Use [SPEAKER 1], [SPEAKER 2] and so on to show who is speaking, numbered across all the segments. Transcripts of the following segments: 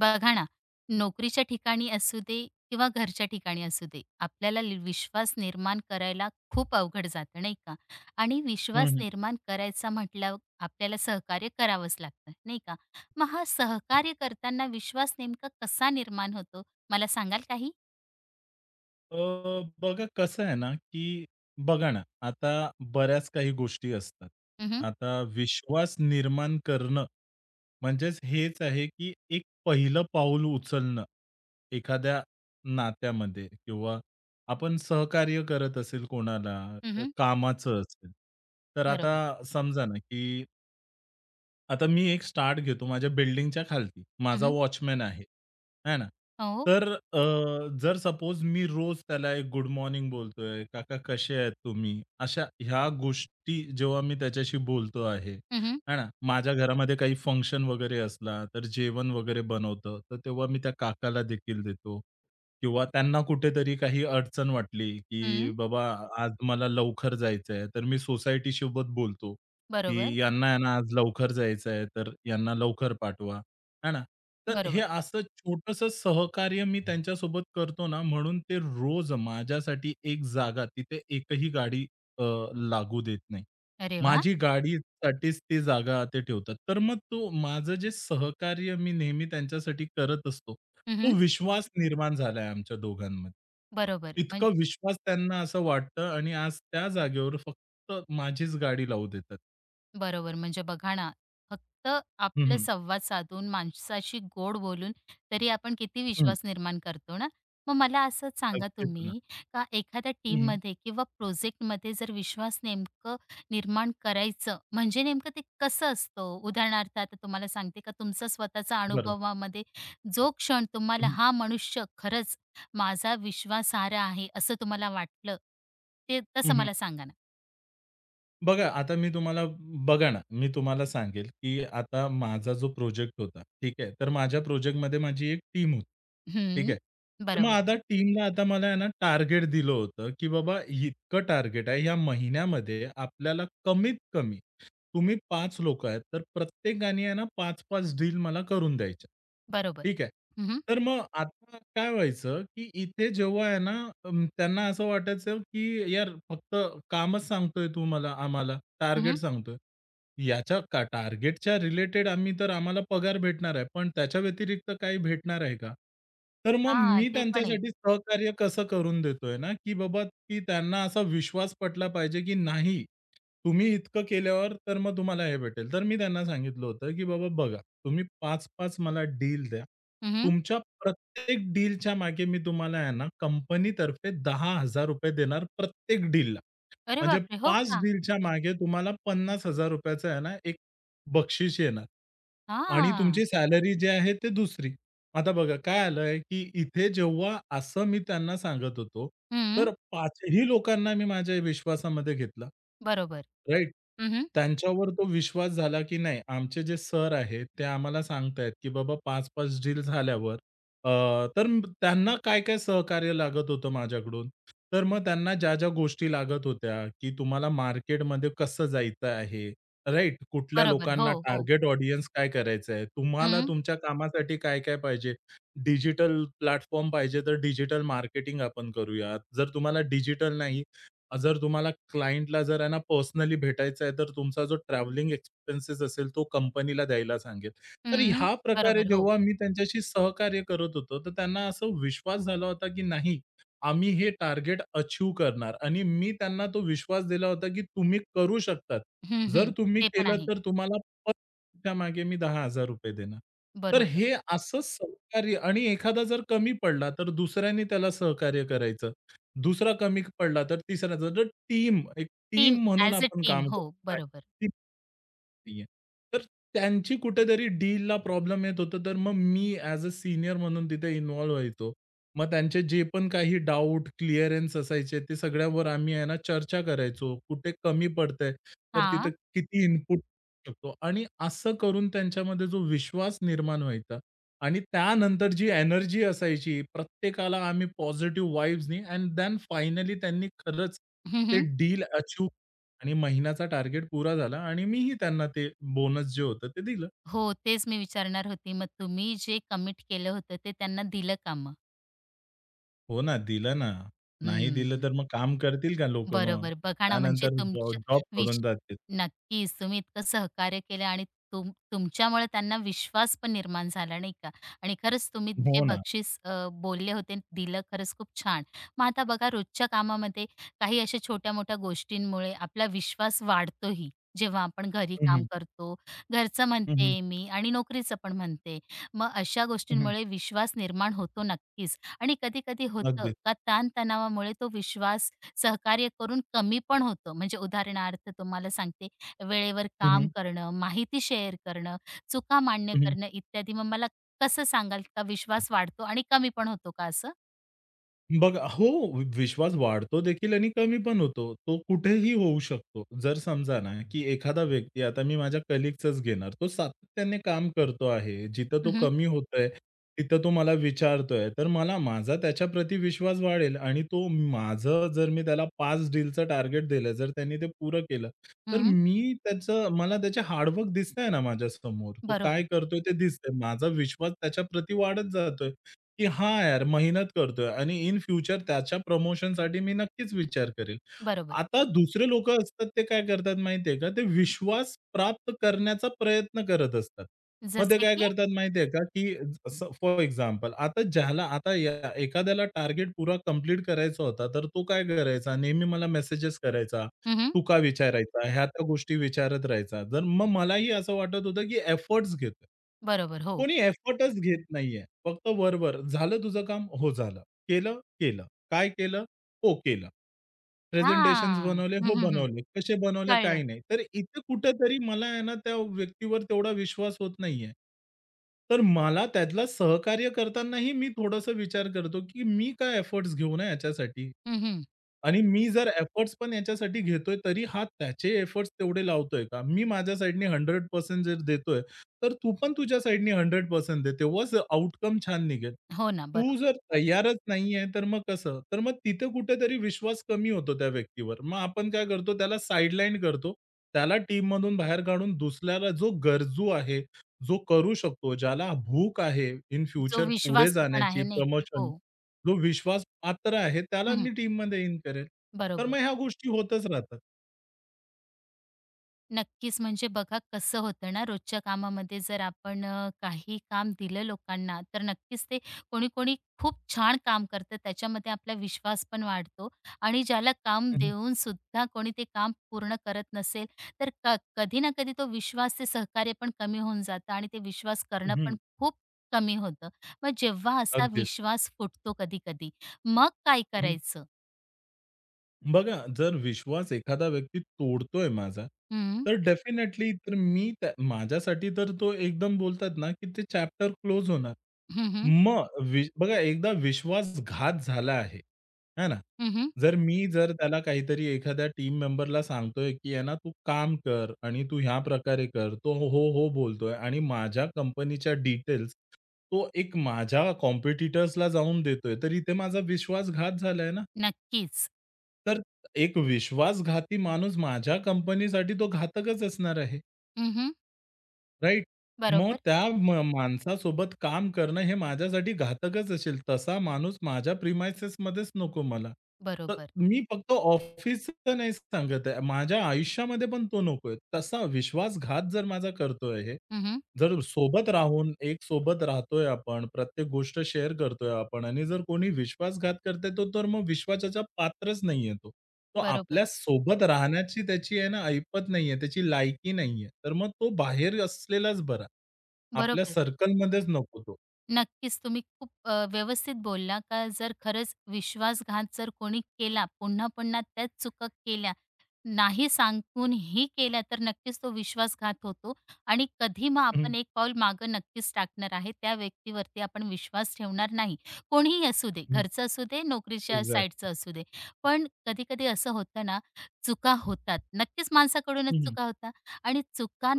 [SPEAKER 1] बघा ना, नोकरीच्या ठिकाणी असू दे किंवा घरच्या ठिकाणी असू दे, आपल्याला विश्वास निर्माण करायला खूप अवघड जातं नाही का? आणि
[SPEAKER 2] हं,
[SPEAKER 1] विश्वास
[SPEAKER 2] हं.
[SPEAKER 1] निर्माण करायचा म्हटल्यावर आपल्याला सहकार्य करावंच लागतं, नाही का? मग हा
[SPEAKER 2] हं.
[SPEAKER 1] सहकार्य करताना विश्वास नेमका कसा निर्माण होतो, मला सांगाल काही?
[SPEAKER 2] अ, बघा कसं आहे ना, की बघा ना, आता बऱ्याच काही गोष्टी असतात.
[SPEAKER 1] हं, हं.
[SPEAKER 2] आता विश्वास निर्माण करणं म्हणजेच हेच आहे, की एक पहिलं पाऊल उचलणं एखाद्या नात्यामध्ये किंवा आपण सहकार्य करत असेल कोणाला, कामाचं असेल. तर आता
[SPEAKER 1] बरोबर.
[SPEAKER 2] समजा ना, की आता मी एक स्टार्ट घेतो माझ्या बिल्डिंगच्या खालती. माझा
[SPEAKER 1] हं,
[SPEAKER 2] वॉचमन आहे. आहे ना?
[SPEAKER 1] हो.
[SPEAKER 2] तर जर सपोज मी रोज त्याला एक गुड मॉर्निंग बोलतोय, "काका कसे आहेत तुम्ही?" अशा ह्या गोष्टी जेव्हा मी त्याच्याशी बोलतो आहे,
[SPEAKER 1] हं, हं.
[SPEAKER 2] आहे ना? माझ्या घरामध्ये काही फंक्शन वगैरे असला, तर जेवण वगैरे बनवतं, तर तेव्हा मी त्या काकाला देखील देतो किंवा त्यांना कुठेतरी काही अडचण वाटली, की "बाबा आज मला लवकर जायचंय." तर मी सोसायटीसोबत बोलतो की
[SPEAKER 1] बरोबर,
[SPEAKER 2] यांना आहे ना आज लवकर जायचं आहे, तर यांना लवकर पाठवा, है ना? तर हे
[SPEAKER 1] बरोबर.
[SPEAKER 2] असं छोटंसं सहकार्य मी त्यांच्यासोबत करतो ना, म्हणून ते रोज माझ्यासाठी एक जागा तिथे एकही गाडी अ, लागू देत नाही.
[SPEAKER 1] अरे वाह!
[SPEAKER 2] माझी गाडीसाठीच ती जागा ते ठेवतात. तर मग तो माझं जे सहकार्य मी नेहमी त्यांच्यासाठी करत असतो, तो
[SPEAKER 1] हं,
[SPEAKER 2] विश्वास निर्माण झाला आमच्या दोघांमध्ये.
[SPEAKER 1] बरोबर.
[SPEAKER 2] इतका विश्वास त्यांना असं वाटतं आणि आज त्या जागेवर फक्त माझीच गाडी लावू देतात.
[SPEAKER 1] बरोबर. म्हणजे बघा ना, फक्त
[SPEAKER 2] हं,
[SPEAKER 1] आपलं
[SPEAKER 2] हं.
[SPEAKER 1] संवाद साधून, माणसाशी गोड बोलून तरी आपण किती
[SPEAKER 2] हं.
[SPEAKER 1] विश्वास निर्माण करतो ना. मग मला असंच सांगा
[SPEAKER 2] अगदीच ना.
[SPEAKER 1] तुम्ही, का एखाद्या
[SPEAKER 2] हं, हं.
[SPEAKER 1] टीममध्ये किंवा प्रोजेक्टमध्ये जर विश्वास नेमकं निर्माण करायचं, म्हणजे नेमकं ते कसं असतं? उदाहरणार्थ आता तुम्हाला सांगते का तुमचा स्वतःचा
[SPEAKER 2] बरोबर.
[SPEAKER 1] अनुभवामध्ये जो क्षण
[SPEAKER 2] हं,
[SPEAKER 1] तुम्हाला
[SPEAKER 2] हं.
[SPEAKER 1] हा मनुष्य खरंच माझा विश्वासार्ह आहे, असं तुम्हाला वाटलं, ते तसं
[SPEAKER 2] हं,
[SPEAKER 1] मला सांगा ना?
[SPEAKER 2] बघा आता मी तुम्हाला बघा ना, मी तुम्हाला सांगेल, की आता माझा जो प्रोजेक्ट होता, ठीक आहे. तर माझ्या प्रोजेक्टमध्ये माझी एक टीम होती. ठीक
[SPEAKER 1] हं,
[SPEAKER 2] आहे. तर मग
[SPEAKER 1] बरोबर.
[SPEAKER 2] आता टीमला आता मला आहे ना टार्गेट दिलं होतं, की बाबा इतकं टार्गेट आहे या महिन्यामध्ये आपल्याला कमीत कमी तुम्ही 5 लोकं आहेत, तर प्रत्येकाने आहे ना 5-5 डील मला करून द्यायच्या.
[SPEAKER 1] बरोबर.
[SPEAKER 2] ठीक आहे.
[SPEAKER 1] हं, हं.
[SPEAKER 2] तर मग आता काय व्हायचं, की इथे जेव्हा आहे ना त्यांना असं वाटायचं, की यार फक्त कामच सांगतोय तू मला आम्हाला, टार्गेट
[SPEAKER 1] हं,
[SPEAKER 2] सांगतोय. याच्या का टार्गेटच्या रिलेटेड आम्ही तर आम्हाला पगार भेटणार आहे. पण त्याच्या व्यतिरिक्त काही भेटणार आहे का? तर मग मी
[SPEAKER 1] ते पण आहे.
[SPEAKER 2] त्यांच्यासाठी सहकार्य कसं करून देतोय ना, की बाबा की त्यांना असा विश्वास पटला पाहिजे, की नाही तुम्ही इतकं केल्यावर तर मग तुम्हाला हे भेटेल. तर मी त्यांना सांगितलं होतं, की बाबा बघा तुम्ही 5-5 मला डील द्या.
[SPEAKER 1] हं,
[SPEAKER 2] तुमच्या प्रत्येक डीलच्या मागे मी तुम्हाला आहे ना कंपनीतर्फे ₹10,000 देणार प्रत्येक डीलला.
[SPEAKER 1] अरे
[SPEAKER 2] म्हणजे
[SPEAKER 1] बापरे! हो
[SPEAKER 2] 5
[SPEAKER 1] का?
[SPEAKER 2] डीलच्या मागे तुम्हाला ₹50,000 चं आहे ना, एक बक्षीस येणार आणि
[SPEAKER 1] हां.
[SPEAKER 2] तुमची सॅलरी जी आहे ते दुसरी. आता बघा काय आलंय, की इथे जेव्हा असं मी त्यांना सांगत होतो,
[SPEAKER 1] हं.
[SPEAKER 2] तर 5ही लोकांना मी माझ्या विश्वासामध्ये घेतलं.
[SPEAKER 1] बरोबर.
[SPEAKER 2] राइट?
[SPEAKER 1] हं,
[SPEAKER 2] त्यांच्यावर तो विश्वास झाला, की नाही आमचे जे सर आहेत, ते आम्हाला सांगतायत, की बाबा 5-5 डील झाल्यावर अ, त्यांना काय-काय सहकार्य लागत होतं माझ्याकडून. तर मग त्यांना ज्या-ज्या गोष्टी लागत होत्या, की तुम्हाला मार्केटमध्ये कसं जायचं आहे. राइट. कुठल्या
[SPEAKER 1] बरोबर. हो,
[SPEAKER 2] लोकांना
[SPEAKER 1] हो.
[SPEAKER 2] टार्गेट ऑडियन्स काय करायचंय? तुम्हाला
[SPEAKER 1] हं,
[SPEAKER 2] तुमच्या कामासाठी काय-काय पाहिजे? डिजिटल प्लॅटफॉर्म पाहिजे तर डिजिटल मार्केटिंग आपण करूयात. जर तुम्हाला डिजिटल नाही, जर तुम्हाला क्लायंटला जर आहे ना पर्सनली भेटायचं आहे, तर तुमचा जो ट्रॅव्हलिंग एक्सपेन्सेस असेल तो कंपनीला द्यायला सांगेल. तर
[SPEAKER 1] हं.
[SPEAKER 2] ह्या प्रकारे
[SPEAKER 1] बरोबर. हो.
[SPEAKER 2] जेव्हा मी त्यांच्याशी सहकार्य करत होतो, तर त्यांना असा विश्वास झाला होता की नाही आम्ही हे टार्गेट अचीव्ह करणार आणि मी त्यांना तो विश्वास दिला होता, की तुम्ही करू शकतात.
[SPEAKER 1] हं,
[SPEAKER 2] जर
[SPEAKER 1] हं.
[SPEAKER 2] तुम्ही
[SPEAKER 1] ते पण
[SPEAKER 2] केलं
[SPEAKER 1] आहे.
[SPEAKER 2] तर तुम्हाला पर त्या मागे मी ₹10,000 देणार. तर
[SPEAKER 1] बरोबर.
[SPEAKER 2] हे असं सहकार्य आणि एखादा जर कमी पडला, तर दुसऱ्याने त्याला सहकार्य करायचं. दुसरा कमी पडला, तर तिसरा जर टीम, एक
[SPEAKER 1] टीम
[SPEAKER 2] टीम म्हणून
[SPEAKER 1] ॲज अ
[SPEAKER 2] आपण
[SPEAKER 1] टीम.
[SPEAKER 2] काम
[SPEAKER 1] हो,
[SPEAKER 2] करतो ना,
[SPEAKER 1] बरोबर.
[SPEAKER 2] ती नाहीये. तर त्यांची कुठेतरी डीलला प्रॉब्लेम येत होता, तर मग मी ॲज अ सीनियर म्हणून तिथे इन्व्हॉल्व व्हायचो. मग त्यांचे जे पण काही डाउट, क्लिअरन्स असायचे ते सगळ्यावर आम्ही आहे ना चर्चा करायचो. कुठे कमी पडतंय, तर तिथं
[SPEAKER 1] हां.
[SPEAKER 2] किती इनपुट शकतो आणि असं करून त्यांच्यामध्ये जो विश्वास निर्माण व्हायचा आणि त्यानंतर जी एनर्जी असायची प्रत्येकाला आम्ही पॉझिटिव्ह वाइब्सनी अँड देन फायनली त्यांनी खरंच ते
[SPEAKER 1] हं,
[SPEAKER 2] डील अचीव्ह आणि महिन्याचा टार्गेट पुरा झाला आणि मीही त्यांना ते बोनस जे होतं ते दिलं.
[SPEAKER 1] हो, तेच मी विचारणार होती. मग तुम्ही जे कमिट केलं होतं ते त्यांना दिलं का मग?
[SPEAKER 2] हो ना, दिलं ना. नाही दिलं
[SPEAKER 1] हं.
[SPEAKER 2] तर मग काम करतील का लोकं मग?
[SPEAKER 1] बरोबर. बघा ना, म्हणजे
[SPEAKER 2] त्यानंतर
[SPEAKER 1] तुमच्या
[SPEAKER 2] जॉब
[SPEAKER 1] विश
[SPEAKER 2] सोडून जातील.
[SPEAKER 1] नक्कीच तुम्ही इतकं सहकार्य केलं आणि तुमच्यामुळे त्यांना विश्वास पण निर्माण झाला नाही का? आणि खरंच तुम्ही जे
[SPEAKER 2] हो ना.
[SPEAKER 1] बक्षीस बोलले होते दिलं खरंच खूप छान. मग आता बघा रोजच्या कामामध्ये काही अशा छोट्या-मोठ्या गोष्टींमुळे आपला विश्वास वाढतोही. जेव्हा आपण घरी
[SPEAKER 2] हं,
[SPEAKER 1] काम
[SPEAKER 2] हं.
[SPEAKER 1] करतो, घरचं
[SPEAKER 2] हं, हं.
[SPEAKER 1] म्हणते मी आणि नोकरीचं पण म्हणते. मग अशा गोष्टींमुळे विश्वास निर्माण होतो नक्कीच आणि कधी-कधी होतं
[SPEAKER 2] अगदी.
[SPEAKER 1] का ताण तो विश्वास सहकार्य करून कमी पण होतं. म्हणजे उदाहरणार्थ तुम्हाला सांगते, वेळेवर
[SPEAKER 2] हं,
[SPEAKER 1] काम
[SPEAKER 2] हं.
[SPEAKER 1] करणं, माहिती शेअर करणं, चुका मान्य करणं इत्यादी. मग मला कसं सांगाल का विश्वास वाढतो आणि कमी पण होतो का असं?
[SPEAKER 2] बघा हो, विश्वास वाढतो देखील आणि कमी पण होतो. तो कुठेही होऊ शकतो. जर समजा ना, की एखादा व्यक्ती आता मी माझ्या कलीगचंच घेणार. तो सातत्याने काम करतो आहे. जिथं
[SPEAKER 1] हं,
[SPEAKER 2] तो
[SPEAKER 1] हं.
[SPEAKER 2] कमी होतोय, तिथं तो मला विचारतोय. तर मला माझा त्याच्याप्रती विश्वास वाढेल आणि तो माझं जर मी त्याला 5 डीलचं टार्गेट दिलं, जर त्यांनी ते पुरं केलं, तर मी त्याचं मला त्याचे हार्ड दिसतंय ना माझ्यासमोर. तो काय
[SPEAKER 1] बरोबर,
[SPEAKER 2] करतोय ते दिसतंय. माझा विश्वास त्याच्याप्रती वाढत जातोय. की हां, यार मेहनत करतोय आणि इन फ्युचर त्याच्या प्रमोशनसाठी मी नक्कीच विचार करेल.
[SPEAKER 1] बरोबर.
[SPEAKER 2] आता दुसरे लोकं असतात ते काय करतात माहिती आहे का? ते विश्वास प्राप्त करण्याचा प्रयत्न करत असतात. मग ते
[SPEAKER 1] जसे
[SPEAKER 2] काय
[SPEAKER 1] की?
[SPEAKER 2] करतात माहिती आहे का? की फॉर एक्झाम्पल आता ज्याला आता या एखाद्याला टार्गेट पुरा कंप्लीट करायचा होता, तर तो काय करायचा? नेहमी मला मेसेजेस करायचा.
[SPEAKER 1] हं,
[SPEAKER 2] तुका विचारायचा, ह्या त्या गोष्टी विचारत राहायचा. तर मग मलाही असं वाटत होतं, की एफर्ट्स घेतोय.
[SPEAKER 1] बरोबर. हो.
[SPEAKER 2] कोणी एफर्टच घेत नाहीये. फक्त वर-वर, "झालं तुझं काम?" "हो, झालं." "केलं?" "केलं." "काय केलं?" "हो, केलं." प्रेझेंटेशन्स
[SPEAKER 1] हां.
[SPEAKER 2] बनवले?
[SPEAKER 1] हं,
[SPEAKER 2] "हो,
[SPEAKER 1] हं, हं.
[SPEAKER 2] बनवले." "कसे बनवले?" "काही
[SPEAKER 1] कळलं.
[SPEAKER 2] नाही." तर इथे कुठेतरी मला आहे ना त्या व्यक्तीवर तेवढा विश्वास होत नाहीये. तर मला त्यातला सहकार्य करतानाही मी थोडासा विचार करतो, की मी काय एफर्ट्स घेऊ ना याच्यासाठी?
[SPEAKER 1] हं,
[SPEAKER 2] आणि मी जर एफर्ट्स पण याच्यासाठी घेतोय, तरी हा त्याचे एफर्ट्स तेवढे लावतोय का? मी माझ्या साइडनी 100% जर देतोय, तर तू पण तुझ्या साइडनी 100% दे. तेव्हाच आउटकम छान निघेल.
[SPEAKER 1] हो ना, बरोबर.
[SPEAKER 2] तू जर तयारच नाहीये, तर मग कसं? तर मग तिथे कुठेतरी विश्वास कमी होतो त्या व्यक्तीवर. मग आपण काय करतो, त्याला साइडलाईन करतो. त्याला टीममधून बाहेर काढून दुसऱ्याला जो गरजू आहे, जो करू शकतो, ज्याला भूक आहे इन
[SPEAKER 1] जो
[SPEAKER 2] फ्युचर पुढे
[SPEAKER 1] विश्वासू पण
[SPEAKER 2] जाण्याची
[SPEAKER 1] आहे नाही का?
[SPEAKER 2] प्रमोशन
[SPEAKER 1] हो.
[SPEAKER 2] जो विश्वास पात्र आहे त्याला
[SPEAKER 1] हं,
[SPEAKER 2] मी टीममध्ये इन करेल. तर
[SPEAKER 1] बरोबर.
[SPEAKER 2] मग ह्या गोष्टी होतच राहतात.
[SPEAKER 1] नक्कीच. म्हणजे बघा कसं होतं ना रोजच्या कामामध्ये जर आपण काही काम दिलं लोकांना तर नक्कीच ते कोणी-कोणी खूप छान काम करतं. त्याच्यामध्ये आपला विश्वास पण वाढतो आणि ज्याला काम
[SPEAKER 2] हं, हं.
[SPEAKER 1] देऊन सुद्धा कोणी ते काम पूर्ण करत नसेल, तर कधी ना कधी तो विश्वास, ते सहकार्य पण कमी होऊन जातं आणि ते विश्वास करणं पण खूप कमी होतं. मग जेव्हा असा
[SPEAKER 2] अगदीच.
[SPEAKER 1] विश्वास फुटतो कधी-कधी, मग काय करायचं?
[SPEAKER 2] बघा, जर विश्वास एखादा व्यक्ती तोडतोय माझा,
[SPEAKER 1] हं,
[SPEAKER 2] तर डेफिनेटली तर मी त्या माझ्यासाठी तर तो एकदम बोलतात ना, की ते चॅप्टर क्लोज होणार.
[SPEAKER 1] हं, हं,
[SPEAKER 2] मग बघा एकदा विश्वासघात झाला आहे, है ना?
[SPEAKER 1] हं, हं.
[SPEAKER 2] जर मी जर त्याला काहीतरी एखाद्या टीम मेंबरला सांगतोय, की "आहे ना, तू काम कर आणि तू ह्या प्रकारे कर." तो हो, हो, हो बोलतोय आणि माझ्या कंपनीच्या डिटेल्स तो एक माझ्या कॉम्पिटिटर्सला जाऊन देतोय, तर इथे माझा विश्वासघात झालाय ना.
[SPEAKER 1] नक्कीच.
[SPEAKER 2] तर एक विश्वासघाती माणूस माझ्या कंपनीसाठी तो घातकच असणार आहे,
[SPEAKER 1] हं, हं.
[SPEAKER 2] राइट? मग
[SPEAKER 1] बरोबर,
[SPEAKER 2] त्या माणसासोबत काम करणं हे माझ्यासाठी घातकच असेल. तसा माणूस माझ्या प्रिमाइसेसमध्येच नको मला. तर
[SPEAKER 1] बरोबर.
[SPEAKER 2] मी फक्त ऑफिसचं नाही सांगत आहे, माझ्या आयुष्यामध्ये पण तो नकोय. तसा विश्वासघात जर माझा करतोय हे,
[SPEAKER 1] हं,
[SPEAKER 2] जर सोबत राहून एक सोबत राहतोय आपण, प्रत्येक गोष्ट शेअर करतोय आपण आणि जर कोणी विश्वासघात करतंय, तो तर मग विश्वासाच्या पात्रच नाहीये तो. तो
[SPEAKER 1] बरोबर,
[SPEAKER 2] आपल्या सोबत राहण्याची त्याची आहे ना ऐपत नाहीये, त्याची लायकी नाहीये. तर मग तो बाहेर असलेलाच बरा. आपल्या
[SPEAKER 1] बरोबर.
[SPEAKER 2] सर्कलमध्येच नको तो.
[SPEAKER 1] नक्कीच तुम्ही खूप व्यवस्थित बोलला का जर खरंच विश्वासघात जर कोणी केला, पुन्हा-पुन्हा त्याच चुका केल्या, नाही सांगूनही केला तर नक्कीच तो विश्वासघात होतो आणि कधी मग
[SPEAKER 2] हं,
[SPEAKER 1] आपण एक पाऊल मागं नक्कीच टाकणार आहे. त्या व्यक्तीवरती आपण विश्वास ठेवणार नाही. कोणीही असू दे,
[SPEAKER 2] हं.
[SPEAKER 1] घरचं असू दे, नोकरीच्या
[SPEAKER 2] एक्झॅक्ट.
[SPEAKER 1] साईडचं असू दे. पण कधी-कधी असं होतं ना, चुका होतात. नक्कीच माणसाकडूनच
[SPEAKER 2] हं, हं.
[SPEAKER 1] चुका होतात आणि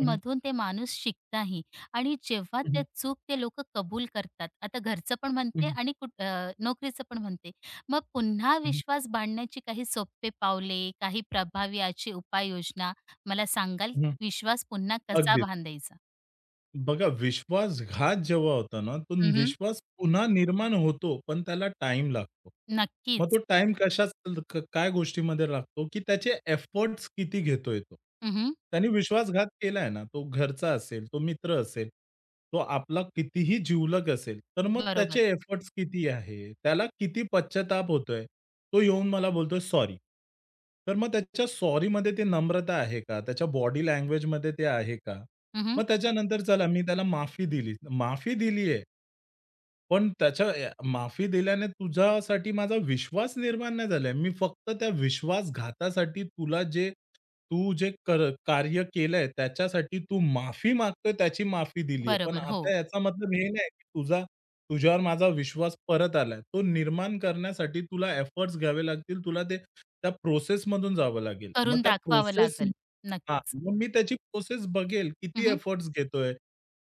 [SPEAKER 2] हं, हं.
[SPEAKER 1] ते माणूस शिकताही आणि जेव्हा त्या
[SPEAKER 2] हं,
[SPEAKER 1] चूक ते लोकं कबूल करतात. आता घरचं पण म्हणते
[SPEAKER 2] हं.
[SPEAKER 1] आणि नोकरीचं पण म्हणते. मग पुन्हा
[SPEAKER 2] हं,
[SPEAKER 1] विश्वास बांधण्याची काही सोपे पावले, काही प्रभावी अशी उपाययोजना मला सांगाल? विश्वास पुन्हा कसा
[SPEAKER 2] अगदीच.
[SPEAKER 1] बांधायचा?
[SPEAKER 2] बघा, विश्वासघात जेव्हा होतो ना, तो
[SPEAKER 1] हं, हं.
[SPEAKER 2] विश्वास पुन्हा निर्माण होतो, पण त्याला टाईम लागतो. मग तो
[SPEAKER 1] नक्कीच.
[SPEAKER 2] टाईम कशाच क काय गोष्टीमध्ये लागतो, की त्याचे एफर्ट्स किती घेतोय तो.
[SPEAKER 1] हं,
[SPEAKER 2] त्याने विश्वासघात केलाय ना, तो घरचा असेल, तो मित्र असेल, तो आपला कितीही जिवलग असेल, तर मग
[SPEAKER 1] बरोबर.
[SPEAKER 2] त्याचे एफर्ट्स किती आहे, त्याला किती पश्चाताप होतोय. तो येऊन मला बोलतोय सॉरी. तर मग त्याच्या सॉरीमध्ये ती नम्रता आहे का? त्याच्या बॉडी लँग्वेजमध्ये ते आहे का?
[SPEAKER 1] हं,
[SPEAKER 2] मग त्याच्यानंतर चला मी त्याला माफी दिली. माफी दिली आहे, पण त्याच्या माफी दिल्याने तुझ्यासाठी माझा विश्वास निर्माण नाही झालाय. मी फक्त त्या विश्वासघातासाठी तुला जे तू जे कार्य केलंय त्याच्यासाठी तू माफी मागतोय त्याची माफी दिली पण
[SPEAKER 1] बरोबर. हो.
[SPEAKER 2] आता याचा मतलब हे नाही की तुझ्यावर माझा विश्वास परत आलाय. तो निर्माण करण्यासाठी तुला एफर्ट्स घ्यावे लागतील. तुला ते त्या प्रोसेसमधून जावं लागेल. मग
[SPEAKER 1] करून
[SPEAKER 2] त्या
[SPEAKER 1] दाखवावं
[SPEAKER 2] प्रोसेस
[SPEAKER 1] लागेल.
[SPEAKER 2] हां,
[SPEAKER 1] नक्कीच.
[SPEAKER 2] मग मी त्याची प्रोसेस बघेल. किती
[SPEAKER 1] हं,
[SPEAKER 2] एफर्ट्स घेतोय?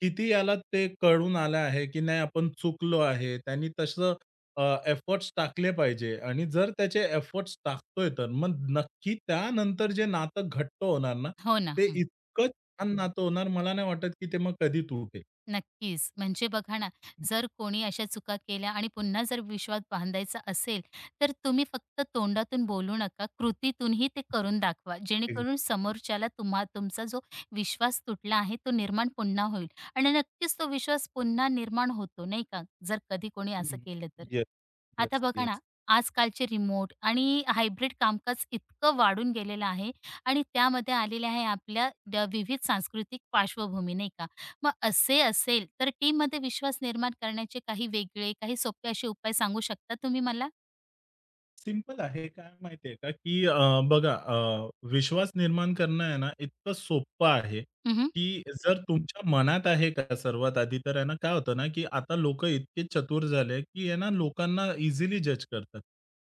[SPEAKER 2] किती याला ते कळून आलं आहे, की नाही आपण चुकलो आहे. त्यांनी तसं अ, एफर्ट्स टाकले पाहिजे आणि जर त्याचे एफर्ट्स टाकतोय तर मग नक्की त्यानंतर जे नातं घट्ट होणार ना,
[SPEAKER 1] हो ना.
[SPEAKER 2] ते इतकं छान नातं होणार मला नाही वाटत, की ते मग कधी तुटेल.
[SPEAKER 1] नक्कीच. म्हणजे बघा ना, जर कोणी अशा चुका केल्या आणि पुन्हा जर विश्वास बांधायचा असेल, तर तुम्ही फक्त तोंडातून बोलू नका, कृतीतूनही ते करून दाखवा. जेणेकरून समोरच्याला तुमचा जो विश्वास तुटला आहे, तो निर्माण पुन्हा होईल आणि नक्कीच तो विश्वास पुन्हा निर्माण होतो, नाही का? जर कधी कोणी असं केलं तर. आता
[SPEAKER 2] येस,
[SPEAKER 1] बघा ना,
[SPEAKER 2] येस.
[SPEAKER 1] आजकालचे रिमोट आणि हायब्रिड कामकाज इतकं वाढून गेलेलं आहे आणि त्यामध्ये आलेले आहे आपल्या विविध सांस्कृतिक पार्श्वभूमी, नाही का? मग असे असेल, तर टीममध्ये विश्वास निर्माण करण्याचे काही वेगळे, काही सोपे असे उपाय सांगू शकता तुम्ही मला?
[SPEAKER 2] सिंपल आहे. काय माहिती आहे का, की बघा विश्वास निर्माण करणं आहे ना, इतकं सोपं आहे,
[SPEAKER 1] हं, हं.
[SPEAKER 2] की जर तुमच्या मनात आहे का सर्वात आधी तर आहे ना, काय होतं ना, की आता लोकं इतके चतुर झाले, की आहे ना, लोकांना इझिली जज करतात.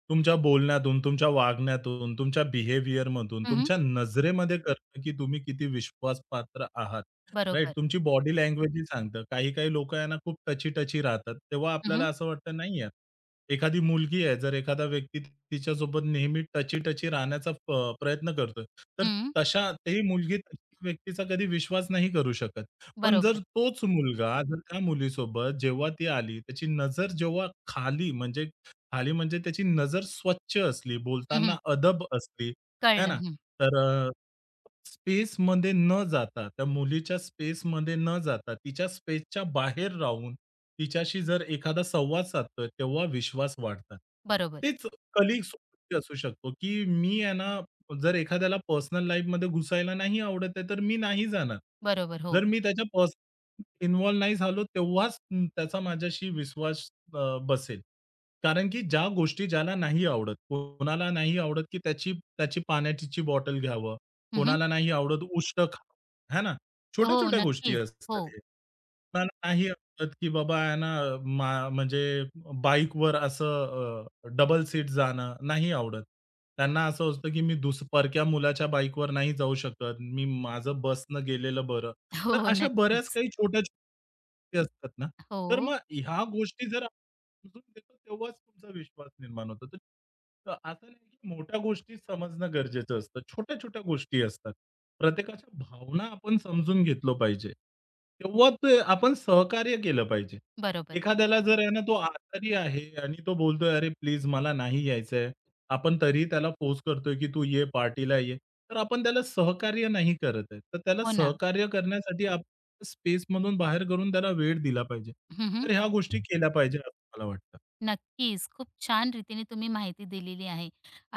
[SPEAKER 2] तुमच्या बोलण्यातून, तुमच्या वागण्यातून, तुमच्या बिहेवियरमधून, तुमच्या नजरेमध्ये कळतं, की तुम्ही किती विश्वासपात्र आहात. राइट.
[SPEAKER 1] बरोबर.
[SPEAKER 2] तुमची बॉडी लँग्वेजही सांगतं. काही-काही लोकं आहे ना खूप टची-टची राहतात. तेव्हा
[SPEAKER 1] हं,
[SPEAKER 2] आपल्याला
[SPEAKER 1] हं.
[SPEAKER 2] असं वाटतं नाही यार, एखादी मुलगी आहे जर एखादा व्यक्ती तिच्यासोबत नेहमी टची-टची राहण्याचा प्रयत्न करतोय, तर तशा ती मुलगी तशा व्यक्तीचा कधी विश्वास नाही करू शकत. पण जर
[SPEAKER 1] बरोबर.
[SPEAKER 2] तोच मुलगा जर त्या मुलीसोबत जेव्हा ती आली, त्याची नजर जेव्हा खाली म्हणजे खाली म्हणजे त्याची नजर स्वच्छ असली, बोलताना
[SPEAKER 1] हं,
[SPEAKER 2] अदब असली, है
[SPEAKER 1] कळलं.
[SPEAKER 2] ना?
[SPEAKER 1] हं.
[SPEAKER 2] तर स्पेसमध्ये न जाता, त्या मुलीच्या स्पेसमध्ये न जाता, तिच्या स्पेसच्या बाहेर राहून, तिच्याशी जर एखादा संवाद साधतोय, तेव्हा विश्वास वाढतात.
[SPEAKER 1] बरोबर.
[SPEAKER 2] तेच कलीग्स असू शकतो, की मी आहे ना, जर एखाद्याला पर्सनल लाईफमध्ये घुसायला नाही आवडत आहे, तर मी नाही जाणार.
[SPEAKER 1] बरोबर. हो.
[SPEAKER 2] जर मी त्याच्या पर्सनल इन्व्हॉल्व नाही झालो, तेव्हाच त्याचा माझ्याशी विश्वास बसेल. कारण की ज्या गोष्टी ज्याला नाही आवडत, कोणाला नाही आवडत, की त्याची त्याची पाण्याची बॉटल घ्यावं
[SPEAKER 1] हं,
[SPEAKER 2] कोणाला नाही आवडत उष्ट खा है ना?
[SPEAKER 1] हो,
[SPEAKER 2] छोट्या-छोट्या गोष्टी
[SPEAKER 1] नक्कीच. हो.
[SPEAKER 2] असतात हे. कोणाला नाही आवडत, की बाबा आहे ना म्हणजे बाईकवर असं डबल सीट जाणं नाही आवडत. त्यांना असं असतं, की मी परक्या मुलाच्या बाईकवर नाही जाऊ शकत. मी माझं बसनं गेलेलं बरं. तर
[SPEAKER 1] हो,
[SPEAKER 2] अशा बऱ्याच
[SPEAKER 1] नक्कीच.
[SPEAKER 2] काही छोट्या-छोट्या गोष्टी असतात ना. तर मग
[SPEAKER 1] हो.
[SPEAKER 2] ह्या गोष्टी जर समजून घेतो तेव्हाच तुमचा विश्वास निर्माण होतो. तर असं नाही की मोठ्या गोष्टी समजणं गरजेचं असतं. छोट्या-छोट्या गोष्टी असतात. प्रत्येकाच्या भावना आपण समजून घेतलं पाहिजे. तेव्हा ते आपण सहकार्य केलं पाहिजे.
[SPEAKER 1] बरोबर.
[SPEAKER 2] एखाद्याला जर आहे ना तो आजारी आहे आणि तो बोलतोय, "अरे प्लीज मला नाही यायचंय." आपण तरीही त्याला फोर्स करतोय की "तू ये, पार्टीला ये." तर आपण त्याला सहकार्य नाही करत आहे. तर त्याला
[SPEAKER 1] हो ना.
[SPEAKER 2] सहकार्य करण्यासाठी आपण स्पेसमधून बाहेर करून त्याला वेळ दिला पाहिजे.
[SPEAKER 1] हं.
[SPEAKER 2] तर ह्या गोष्टी केल्या पाहिजे. मला वाटतं.
[SPEAKER 1] नक्कीच. खूप छान रीतीने तुम्ही माहिती दिलेली आहे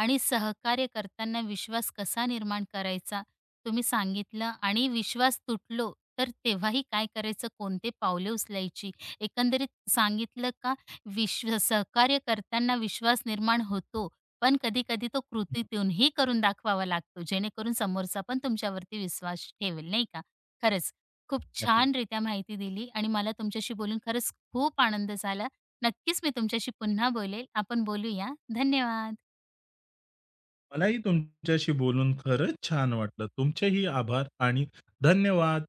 [SPEAKER 1] आणि सहकार्य करताना विश्वास कसा निर्माण करायचा तुम्ही सांगितलं आणि विश्वास तुटलो तर तेव्हाही काय करायचं, कोणते पावले उचलायची. एकंदरीत सांगितलं का सहकार्य करताना विश्वास निर्माण होतो, पण कधी-कधी तो
[SPEAKER 2] हं,
[SPEAKER 1] कृतीतूनही करून दाखवावा लागतो, जेणेकरून समोरचा पण तुमच्यावरती विश्वास ठेवेल, नाही का? खरंच खूप
[SPEAKER 2] नक्की.
[SPEAKER 1] छानरित्या माहिती दिली आणि मला तुमच्याशी बोलून खरंच खूप आनंद झाला. नक्कीच मी तुमच्याशी पुन्हा बोलेल. आपण बोलूया. धन्यवाद.
[SPEAKER 2] मलाही तुमच्याशी बोलून खरंच छान वाटलं. तुमचेही आभार आणि धन्यवाद.